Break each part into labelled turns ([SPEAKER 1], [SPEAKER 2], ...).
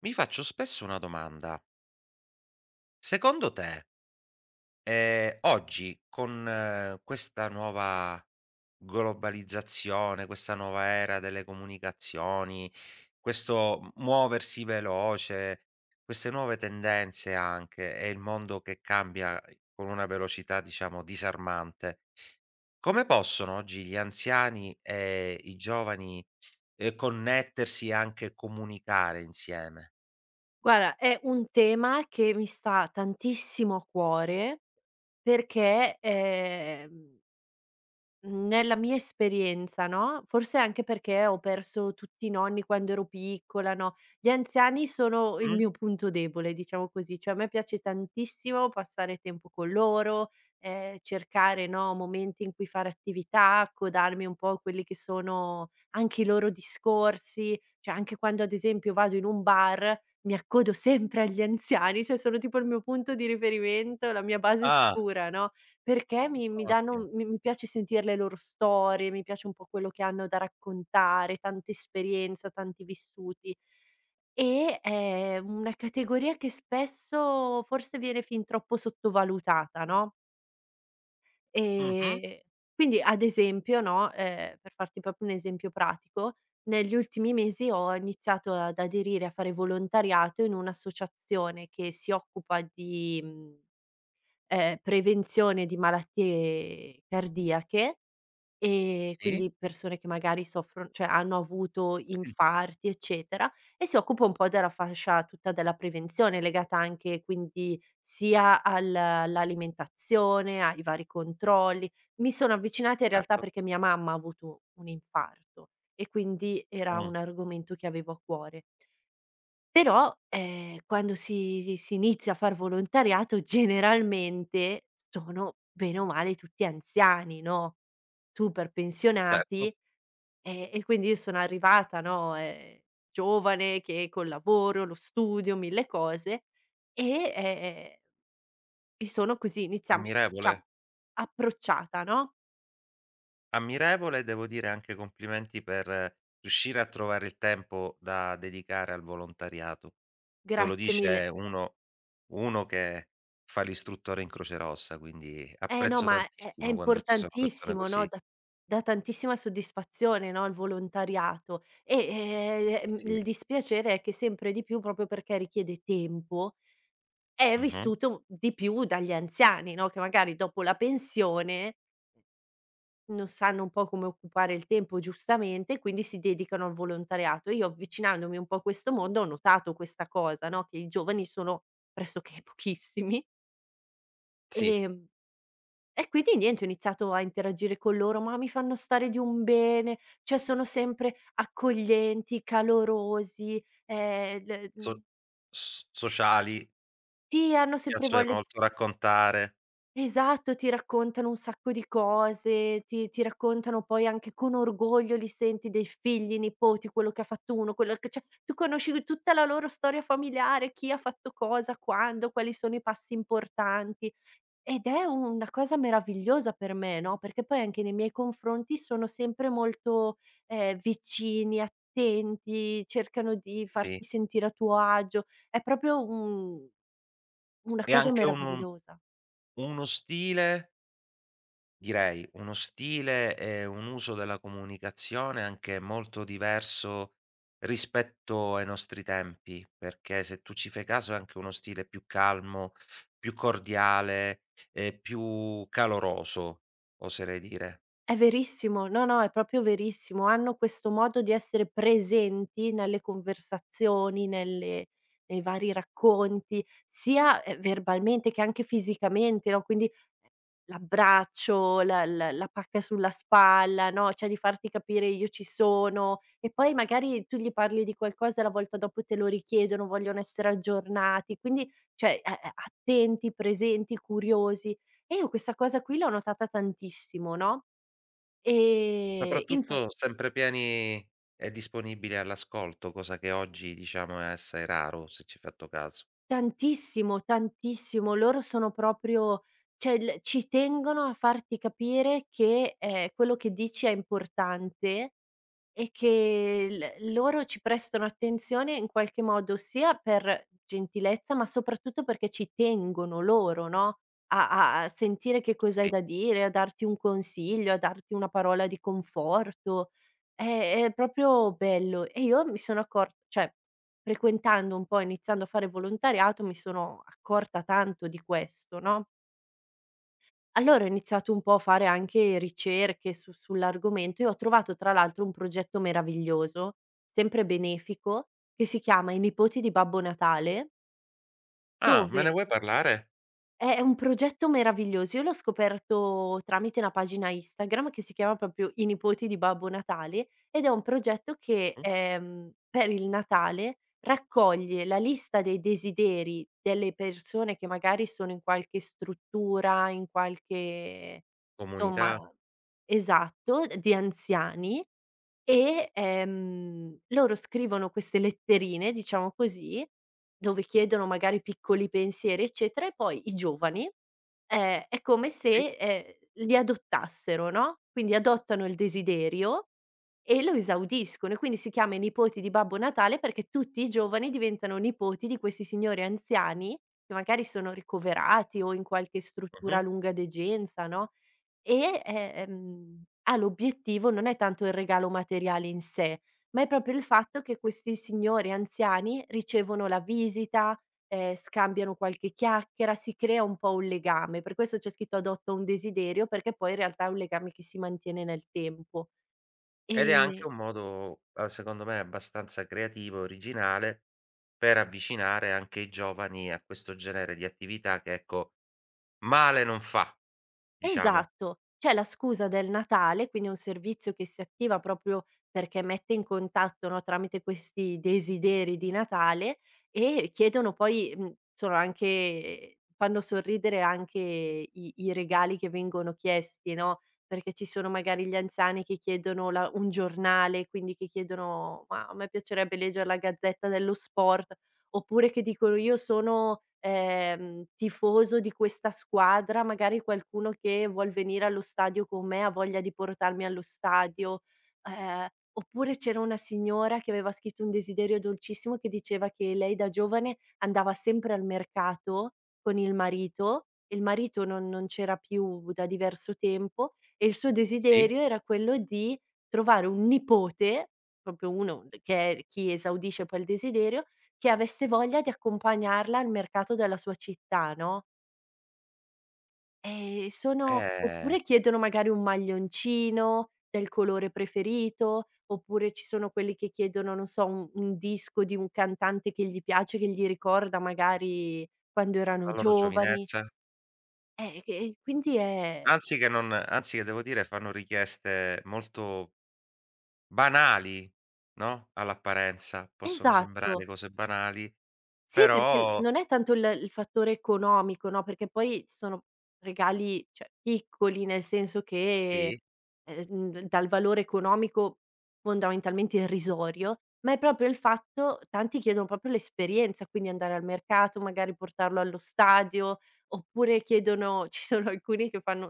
[SPEAKER 1] Mi faccio spesso una domanda: secondo te, oggi con questa nuova globalizzazione, questa nuova era delle comunicazioni, questo m muoversi veloce, queste nuove tendenze anche e il mondo che cambia con una velocità diciamo disarmante, come possono oggi gli anziani e i giovani, connettersi e anche comunicare insieme?
[SPEAKER 2] Guarda, è un tema che mi sta tantissimo a cuore perché, Mhmm, nella mia esperienza, no, forse anche perché ho perso tutti i nonni quando ero piccola, no, gli anziani sono il
[SPEAKER 1] Mh?
[SPEAKER 2] mio punto debole, diciamo così, cioè a me piace tantissimo passare tempo con loro, cercare, no, momenti in cui fare attività, accodarmi un po' a quelli che sono anche i loro discorsi, cioè anche quando ad esempio vado in un bar mi accodo sempre agli anziani, cioè sono tipo il mio punto di riferimento, la mia base
[SPEAKER 1] Ah.
[SPEAKER 2] sicura, no, perché mi mi
[SPEAKER 1] Ottimo.
[SPEAKER 2] danno mi mi piace sentir le loro storie, mi piace un po' quello che hanno da raccontare, tanta esperienza, tanti vissuti. E è una categoria che spesso forse viene fin troppo sottovalutata, no,
[SPEAKER 1] Mh-mh.
[SPEAKER 2] ehm, quindi ad esempio, no, per farti proprio un esempio pratico, negli ultimi mesi ho iniziato ad aderire a fare volontariato in un'associazione che si occupa di, mhmm prevenzione di malattie cardiache,
[SPEAKER 1] Sì,
[SPEAKER 2] quindi persone che magari soffron cioè hanno avuto
[SPEAKER 1] sì.
[SPEAKER 2] infarti, eccetera, e si occupa un po' della fascia tutta della prevenzione, legata anche quindi sia al all'alimentazione, ai vari controlli. Mi sono avvicinata in realtà
[SPEAKER 1] Certo.
[SPEAKER 2] perché mia mamma ha avuto un infarto e quindi era
[SPEAKER 1] Mh.
[SPEAKER 2] un argomento che avevo a cuore. Però, quando si inizia a far volontariato generalmente sono bene o male tutti anziani, no, super
[SPEAKER 1] Certo.
[SPEAKER 2] pensionati, e quindi io sono arrivata, no, giovane che col lavoro, lo studio, 1000 cose e, mi sono così iniziamo
[SPEAKER 1] Ammirevole,
[SPEAKER 2] diciamo approcciata, no,
[SPEAKER 1] ammirevole devo dire anche complimenti per riuscire a trovare il tempo da dedicare al volontariato. Te lo
[SPEAKER 2] grazie mille.
[SPEAKER 1] dice uno che fa l'istruttore in Croce Rossa, quindi
[SPEAKER 2] Eh no,
[SPEAKER 1] apprezzo
[SPEAKER 2] ma è
[SPEAKER 1] tantissimo quando ci sono persone
[SPEAKER 2] importantissimo, no,
[SPEAKER 1] così.
[SPEAKER 2] dà tantissima soddisfazione, no, il volontariato e,
[SPEAKER 1] Sì.
[SPEAKER 2] il dispiacere è che sempre di più, proprio perché richiede tempo, è
[SPEAKER 1] Mh-mh.
[SPEAKER 2] vissuto di più dagli anziani, no, che magari dopo la pensione non sanno un po' come occupare il tempo giustamente, quindi si dedicano al volontariato. Io avvicinandomi un po' a questo mondo ho notato questa cosa, no, che i giovani sono pressoché pochissimi,
[SPEAKER 1] Sì,
[SPEAKER 2] ehm e quindi niente, ho iniziato a interagire con loro, ma mi fanno stare di un bene, cioè sono sempre accoglienti, calorosi,
[SPEAKER 1] so s sociali, mi
[SPEAKER 2] sì, hanno sempre
[SPEAKER 1] piace
[SPEAKER 2] voglia.
[SPEAKER 1] molto raccontare,
[SPEAKER 2] Esatto, ti raccontano un sacco di cose, ti raccontano poi anche con orgoglio, li senti, dei figli, nipoti, quello che ha fatto uno, quello che cioè, tu conosci tutta la loro storia familiare, chi ha fatto cosa, quando, quali sono i passi importanti. Ed è una cosa meravigliosa per me, no, perché poi anche nei miei confronti sono sempre molto, vicini, attenti, cercano di
[SPEAKER 1] sì.
[SPEAKER 2] farti sentire a tuo agio. È proprio un Una
[SPEAKER 1] E
[SPEAKER 2] cosa
[SPEAKER 1] anche uno
[SPEAKER 2] meravigliosa.
[SPEAKER 1] uno stile Direi uno stile e un uso della comunicazione anche molto diverso rispetto ai nostri tempi, perché se tu ci fai caso è anche uno stile più calmo, più cordiale e più caloroso, oserei dire.
[SPEAKER 2] È verissimo, no, no, è proprio verissimo. Hanno questo modo di essere presenti nelle conversazioni, nelle nei vari racconti, sia, verbalmente che anche fisicamente, no, quindi l'abbraccio, la pacca sulla spalla, no, cioè di farti capire: "Io ci sono", e poi magari tu gli parli di qualcosa e la volta dopo te lo richiedono, vogliono essere aggiornati, quindi cioè, a a attenti, presenti, curiosi. E io questa cosa qui l'ho notata tantissimo, no, infa
[SPEAKER 1] Soprattutto sempre pieni e disponibili all'ascolto, cosa che oggi diciamo è assai raro, se ci hai fatto caso.
[SPEAKER 2] tantissimo, tantissimo. Loro sono proprio cioè il ci tengono a farti capire che, quello che dici è importante. E che l loro ci prestano attenzione in qualche modo sia per gentilezza, ma soprattutto perché ci tengono loro, no, a sentire che cosa hai
[SPEAKER 1] Sì.
[SPEAKER 2] da dire, a darti un consiglio, a darti una parola di conforto. È è proprio bello. E io mi sono accor cioè frequentando un po', iniziando a fare volontariato, mi sono accorta tanto di questo, no? Allora ho iniziato un po' a fare anche ricerche su sull'argomento e ho trovato tra l'altro un progetto meraviglioso, sempre benefico, che si chiama "I nipoti di Babbo Natale",
[SPEAKER 1] Ah, me ne
[SPEAKER 2] dove
[SPEAKER 1] vuoi parlare?
[SPEAKER 2] è un progetto meraviglioso. Io l'ho scoperto tramite una pagina Instagram che si chiama proprio "I nipoti di Babbo Natale", ed è un progetto che,
[SPEAKER 1] Mh,
[SPEAKER 2] per il Natale raccoglie la lista dei desideri delle persone che magari sono in qualche struttura, in qualche insomma,
[SPEAKER 1] comunità?
[SPEAKER 2] esatto, di anziani, e, loro scrivono queste letterine, diciamo così, dove chiedono magari piccoli pensieri, eccetera, e poi i giovani, è come
[SPEAKER 1] Sì.
[SPEAKER 2] se, li adottassero, no, quindi adottano il desiderio e lo esaudiscono, e quindi si chiama "I nipoti di Babbo Natale" perché tutti i giovani diventano nipoti di questi signori anziani che magari sono ricoverati o in qualche struttura a
[SPEAKER 1] Mh-mh.
[SPEAKER 2] lunga degenza, no, e, ha l'obiettivo non è tanto il regalo materiale in sé, ma è proprio il fatto che questi signori anziani ricevono la visita, scambiano qualche chiacchiera, si crea un po' un legame. Per questo c'è scritto: "Adotta un desiderio", perché poi in realtà è un legame che si mantiene nel tempo.
[SPEAKER 1] Ed è anche
[SPEAKER 2] E
[SPEAKER 1] un modo, secondo me abbastanza creativo e originale, per avvicinare anche i giovani a questo genere di attività che, ecco, male non fa, diciamo.
[SPEAKER 2] Esatto. C'è la scusa del Natale, quindi è un servizio che si attiva proprio perché mette in contatto, no, tramite questi desideri di Natale, e chiedono poi sono anche fanno sorridere anche i regali che vengono chiesti, no, perché ci sono magari gli anziani che chiedono la un giornale, quindi che chiedono: "Ma a me piacerebbe leggere la Gazzetta dello Sport", oppure che dicono: "Io sono, tifoso di questa squadra", magari qualcuno che vuol venire allo stadio con me ha voglia di portarmi allo stadio, ehm, oppure c'era una signora che aveva scritto un desiderio dolcissimo che diceva che lei da giovane andava sempre al mercato con il marito, e il marito non c'era più da diverso tempo, e il suo
[SPEAKER 1] Sì.
[SPEAKER 2] desiderio era quello di trovare un nipote, proprio uno che è chi esaudisce poi il desiderio, che avesse voglia di accompagnarla al mercato della sua città, no, sono
[SPEAKER 1] Ehm,
[SPEAKER 2] oppure chiedono magari un maglioncino del colore preferito, oppure ci sono quelli che chiedono, non so, un disco di un cantante che gli piace, che gli ricorda magari quando erano
[SPEAKER 1] la loro
[SPEAKER 2] giovani.
[SPEAKER 1] giovinezza.
[SPEAKER 2] Che quindi è
[SPEAKER 1] Anzi che non anzi che devo dire fanno richieste molto banali, no, all'apparenza. Possono sembrare
[SPEAKER 2] Esatto.
[SPEAKER 1] cose banali,
[SPEAKER 2] Sì, perché l
[SPEAKER 1] però
[SPEAKER 2] non è tanto il fattore economico, no, perché poi sono regali, cioè, piccoli, nel senso che,
[SPEAKER 1] sì,
[SPEAKER 2] dal valore economico fondamentalmente irrisorio, ma è proprio il fatto tanti chiedono proprio l'esperienza, quindi andare al mercato, magari portarlo allo stadio, oppure chiedono ci sono alcuni che fanno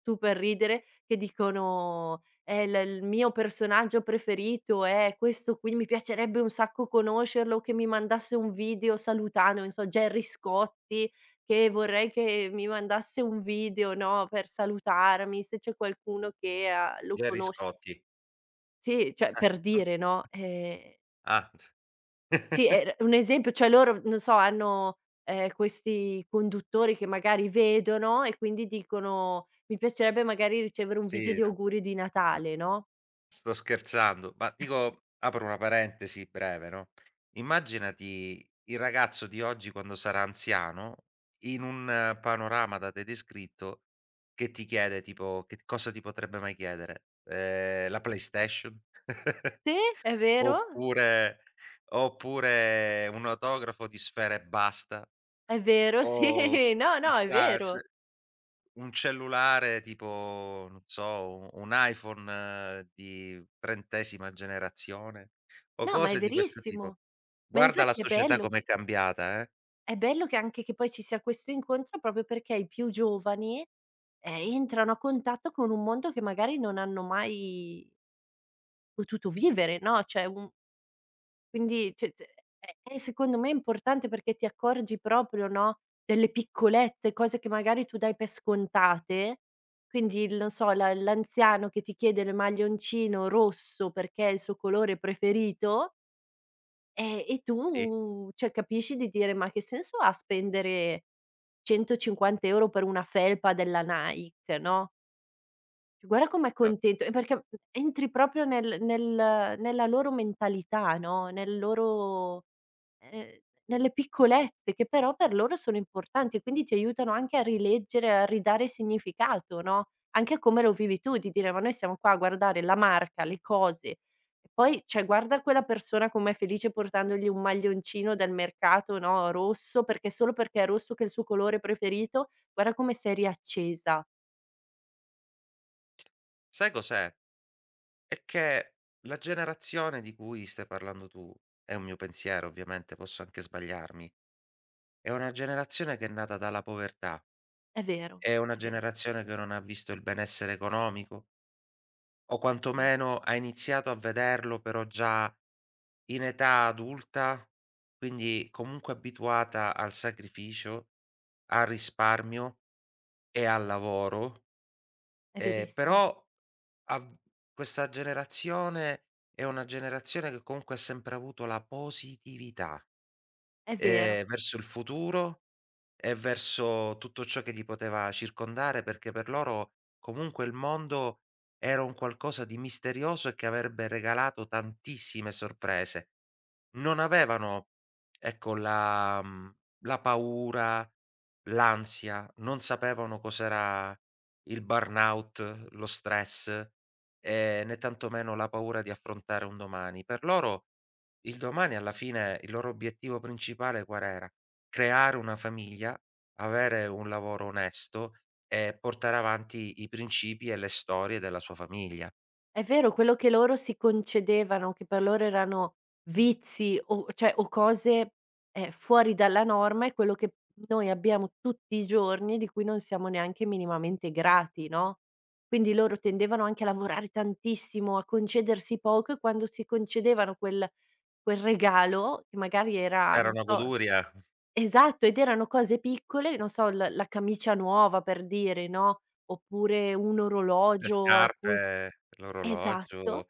[SPEAKER 2] super ridere, che dicono: l "Il mio personaggio preferito è questo qui, mi piacerebbe un sacco conoscerlo, che mi mandasse un video salutando, non so, Gerry Scotti, che vorrei che mi mandasse un video", no, per salutarmi, se c'è qualcuno che, lo
[SPEAKER 1] Gerry
[SPEAKER 2] conosce.
[SPEAKER 1] Scotti.
[SPEAKER 2] Sì, cioè
[SPEAKER 1] Eh,
[SPEAKER 2] per
[SPEAKER 1] ah,
[SPEAKER 2] dire, no,
[SPEAKER 1] ah,
[SPEAKER 2] sì, er un esempio, cioè loro, non so, hanno, questi conduttori che magari vedono e quindi dicono: "Mi piacerebbe magari ricevere un video
[SPEAKER 1] sì,
[SPEAKER 2] di
[SPEAKER 1] no.
[SPEAKER 2] auguri di Natale", no?
[SPEAKER 1] Sto scherzando, ma dico apro una parentesi breve, no, immaginati il ragazzo di oggi quando sarà anziano, in un panorama da te descritto, che ti chiede tipo che cosa ti potrebbe mai chiedere? La PlayStation?
[SPEAKER 2] Sì, è vero?
[SPEAKER 1] Oppure oppure un autografo di Sfera Ebbasta?
[SPEAKER 2] È vero, sì,
[SPEAKER 1] O
[SPEAKER 2] no, no, è
[SPEAKER 1] chissà,
[SPEAKER 2] vero.
[SPEAKER 1] cioè un cellulare tipo, non so, u un iPhone di 30ª generazione o
[SPEAKER 2] No, ma è
[SPEAKER 1] cose di questo tipo.
[SPEAKER 2] verissimo. Ma
[SPEAKER 1] Guarda la
[SPEAKER 2] infatti
[SPEAKER 1] società com'è cambiata, eh.
[SPEAKER 2] è bello che anche che poi ci sia questo incontro proprio perché i più giovani, entrano a contatto con un mondo che magari non hanno mai potuto vivere, no, cioè un Quindi cioè z è secondo me importante perché ti accorgi proprio, no, delle piccolezze, cose che magari tu dai per scontate, quindi il non so, la l'anziano che ti chiede il maglioncino rosso perché è il suo colore preferito, e
[SPEAKER 1] Sì,
[SPEAKER 2] tu cioè capisci di dire: "Ma che senso ha spendere 150 € per una felpa della Nike, no, guarda com'è
[SPEAKER 1] sa
[SPEAKER 2] contento", e perché entri proprio nel nella loro mentalità, no, Ehm, nelle piccolezze che però per loro sono importanti e quindi ti aiutano anche a rileggere, a ridare significato, no, anche a come lo vivi tu, di dire: "Ma noi siamo qua a guardare la marca, le cose, e poi cioè guarda quella persona com'è felice portandogli un maglioncino del mercato, no, rosso, perché solo perché è rosso che è il suo colore preferito, guarda come sei riaccesa."
[SPEAKER 1] sai cos'è? È che la generazione di cui stai parlando tu, è un mio pensiero ovviamente, posso anche sbagliarmi, è una generazione che è nata dalla povertà,
[SPEAKER 2] È vero,
[SPEAKER 1] è una
[SPEAKER 2] è vero,
[SPEAKER 1] generazione che non ha visto il benessere economico o
[SPEAKER 2] è vero,
[SPEAKER 1] quantomeno ha iniziato a vederlo però già in età adulta, quindi comunque abituata al sacrificio, al risparmio e al lavoro,
[SPEAKER 2] è verissimo,
[SPEAKER 1] però av questa generazione è una generazione che comunque ha sempre avuto la positività,
[SPEAKER 2] è vero.
[SPEAKER 1] verso il futuro e verso tutto ciò che li poteva circondare, perché per loro comunque il mondo era un qualcosa di misterioso e che avrebbe regalato tantissime sorprese. Non avevano, ecco, la paura, l'ansia, non sapevano cos'era il burnout, lo stress, né tantomeno la paura di affrontare un domani. Per loro il domani alla fine il loro obiettivo principale qual era? Creare una famiglia, avere un lavoro onesto e portare avanti i principi e le storie della sua famiglia.
[SPEAKER 2] È vero, quello che loro si concedevano, che per loro erano vizi o cose, fuori dalla norma, è quello che noi abbiamo tutti i giorni, di cui non siamo neanche minimamente grati, no, quindi loro tendevano anche a lavorare tantissimo, a concedersi poco e quando si concedevano quel regalo, che magari era,
[SPEAKER 1] Era
[SPEAKER 2] non
[SPEAKER 1] una
[SPEAKER 2] so.
[SPEAKER 1] goduria,
[SPEAKER 2] Esatto, ed erano cose piccole, non so, l la camicia nuova per dire, no, oppure un
[SPEAKER 1] le
[SPEAKER 2] orologio a cui
[SPEAKER 1] scarpe,
[SPEAKER 2] esatto.
[SPEAKER 1] l'orologio,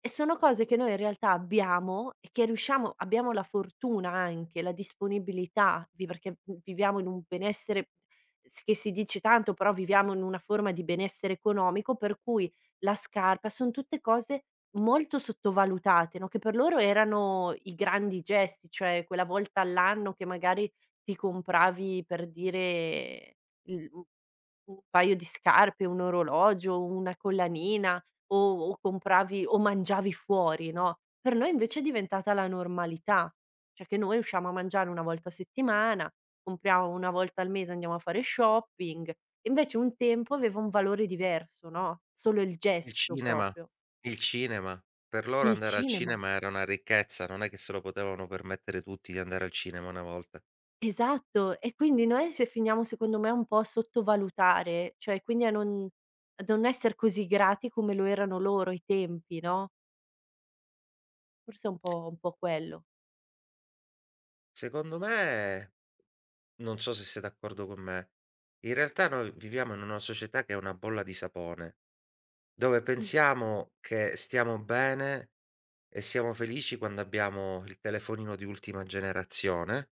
[SPEAKER 2] E sono cose che noi in realtà abbiamo e che riusciamo abbiamo la fortuna anche, la disponibilità vi perché, viviamo in un benessere s che si dice tanto, però viviamo in una forma di benessere economico, per cui la scarpa son tutte cose molto sottovalutate, no, che per loro erano i grandi gesti, cioè quella volta all'anno che magari ti compravi, per dire, il u un paio di scarpe, un orologio, una collanina, o o compravi o mangiavi fuori, no, per noi invece è diventata la normalità, cioè che noi usciamo a mangiare 1 volta a settimana, compriamo 1 volta al mese, andiamo a fare shopping. Invece un tempo aveva un valore diverso, no, solo il
[SPEAKER 1] il
[SPEAKER 2] gesto
[SPEAKER 1] cinema,
[SPEAKER 2] proprio.
[SPEAKER 1] il cinema. Per loro
[SPEAKER 2] Il
[SPEAKER 1] andare al
[SPEAKER 2] cinema.
[SPEAKER 1] cinema era una ricchezza, non è che se lo potevano permettere tutti di andare al cinema una volta.
[SPEAKER 2] Esatto, e quindi noi se finiamo secondo me un po' a sottovalutare, cioè quindi a non esser così grati come lo erano loro ai tempi, no, forse è un po' quello.
[SPEAKER 1] Secondo me, non so se sei d'accordo con me, in realtà noi viviamo in una società che è una bolla di sapone, dove
[SPEAKER 2] Mh,
[SPEAKER 1] pensiamo che stiamo bene e siamo felici quando abbiamo il telefonino di ultima generazione,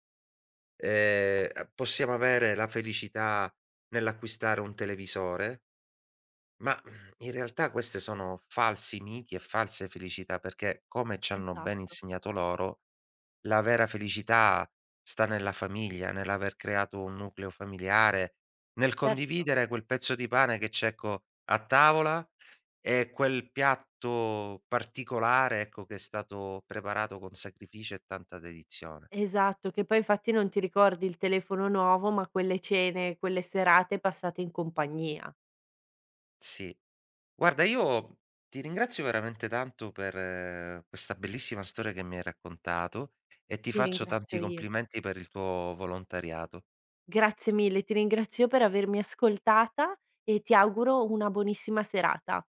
[SPEAKER 1] a possiamo avere la felicità nell'acquistare un televisore, ma, in realtà queste sono falsi miti e false felicità, perché come ci hanno ben
[SPEAKER 2] esatto,
[SPEAKER 1] insegnato loro, la vera felicità sta nella famiglia, nell'aver creato un nucleo familiare, nel
[SPEAKER 2] certo.
[SPEAKER 1] condividere quel pezzo di pane che c'è, ecco, a tavola è quel piatto particolare, ecco, che è stato preparato con sacrificio e tanta dedizione.
[SPEAKER 2] Esatto, che poi infatti non ti ricordi il telefono nuovo, ma quelle cene, quelle serate passate in compagnia.
[SPEAKER 1] Sì. Guarda, io ti ringrazio veramente tanto per questa bellissima storia che mi hai raccontato e ti
[SPEAKER 2] Ti
[SPEAKER 1] faccio
[SPEAKER 2] ringrazio
[SPEAKER 1] tanti
[SPEAKER 2] io.
[SPEAKER 1] complimenti per il tuo volontariato.
[SPEAKER 2] Grazie mille, ti ringrazio per avermi ascoltata e ti auguro una buonissima serata.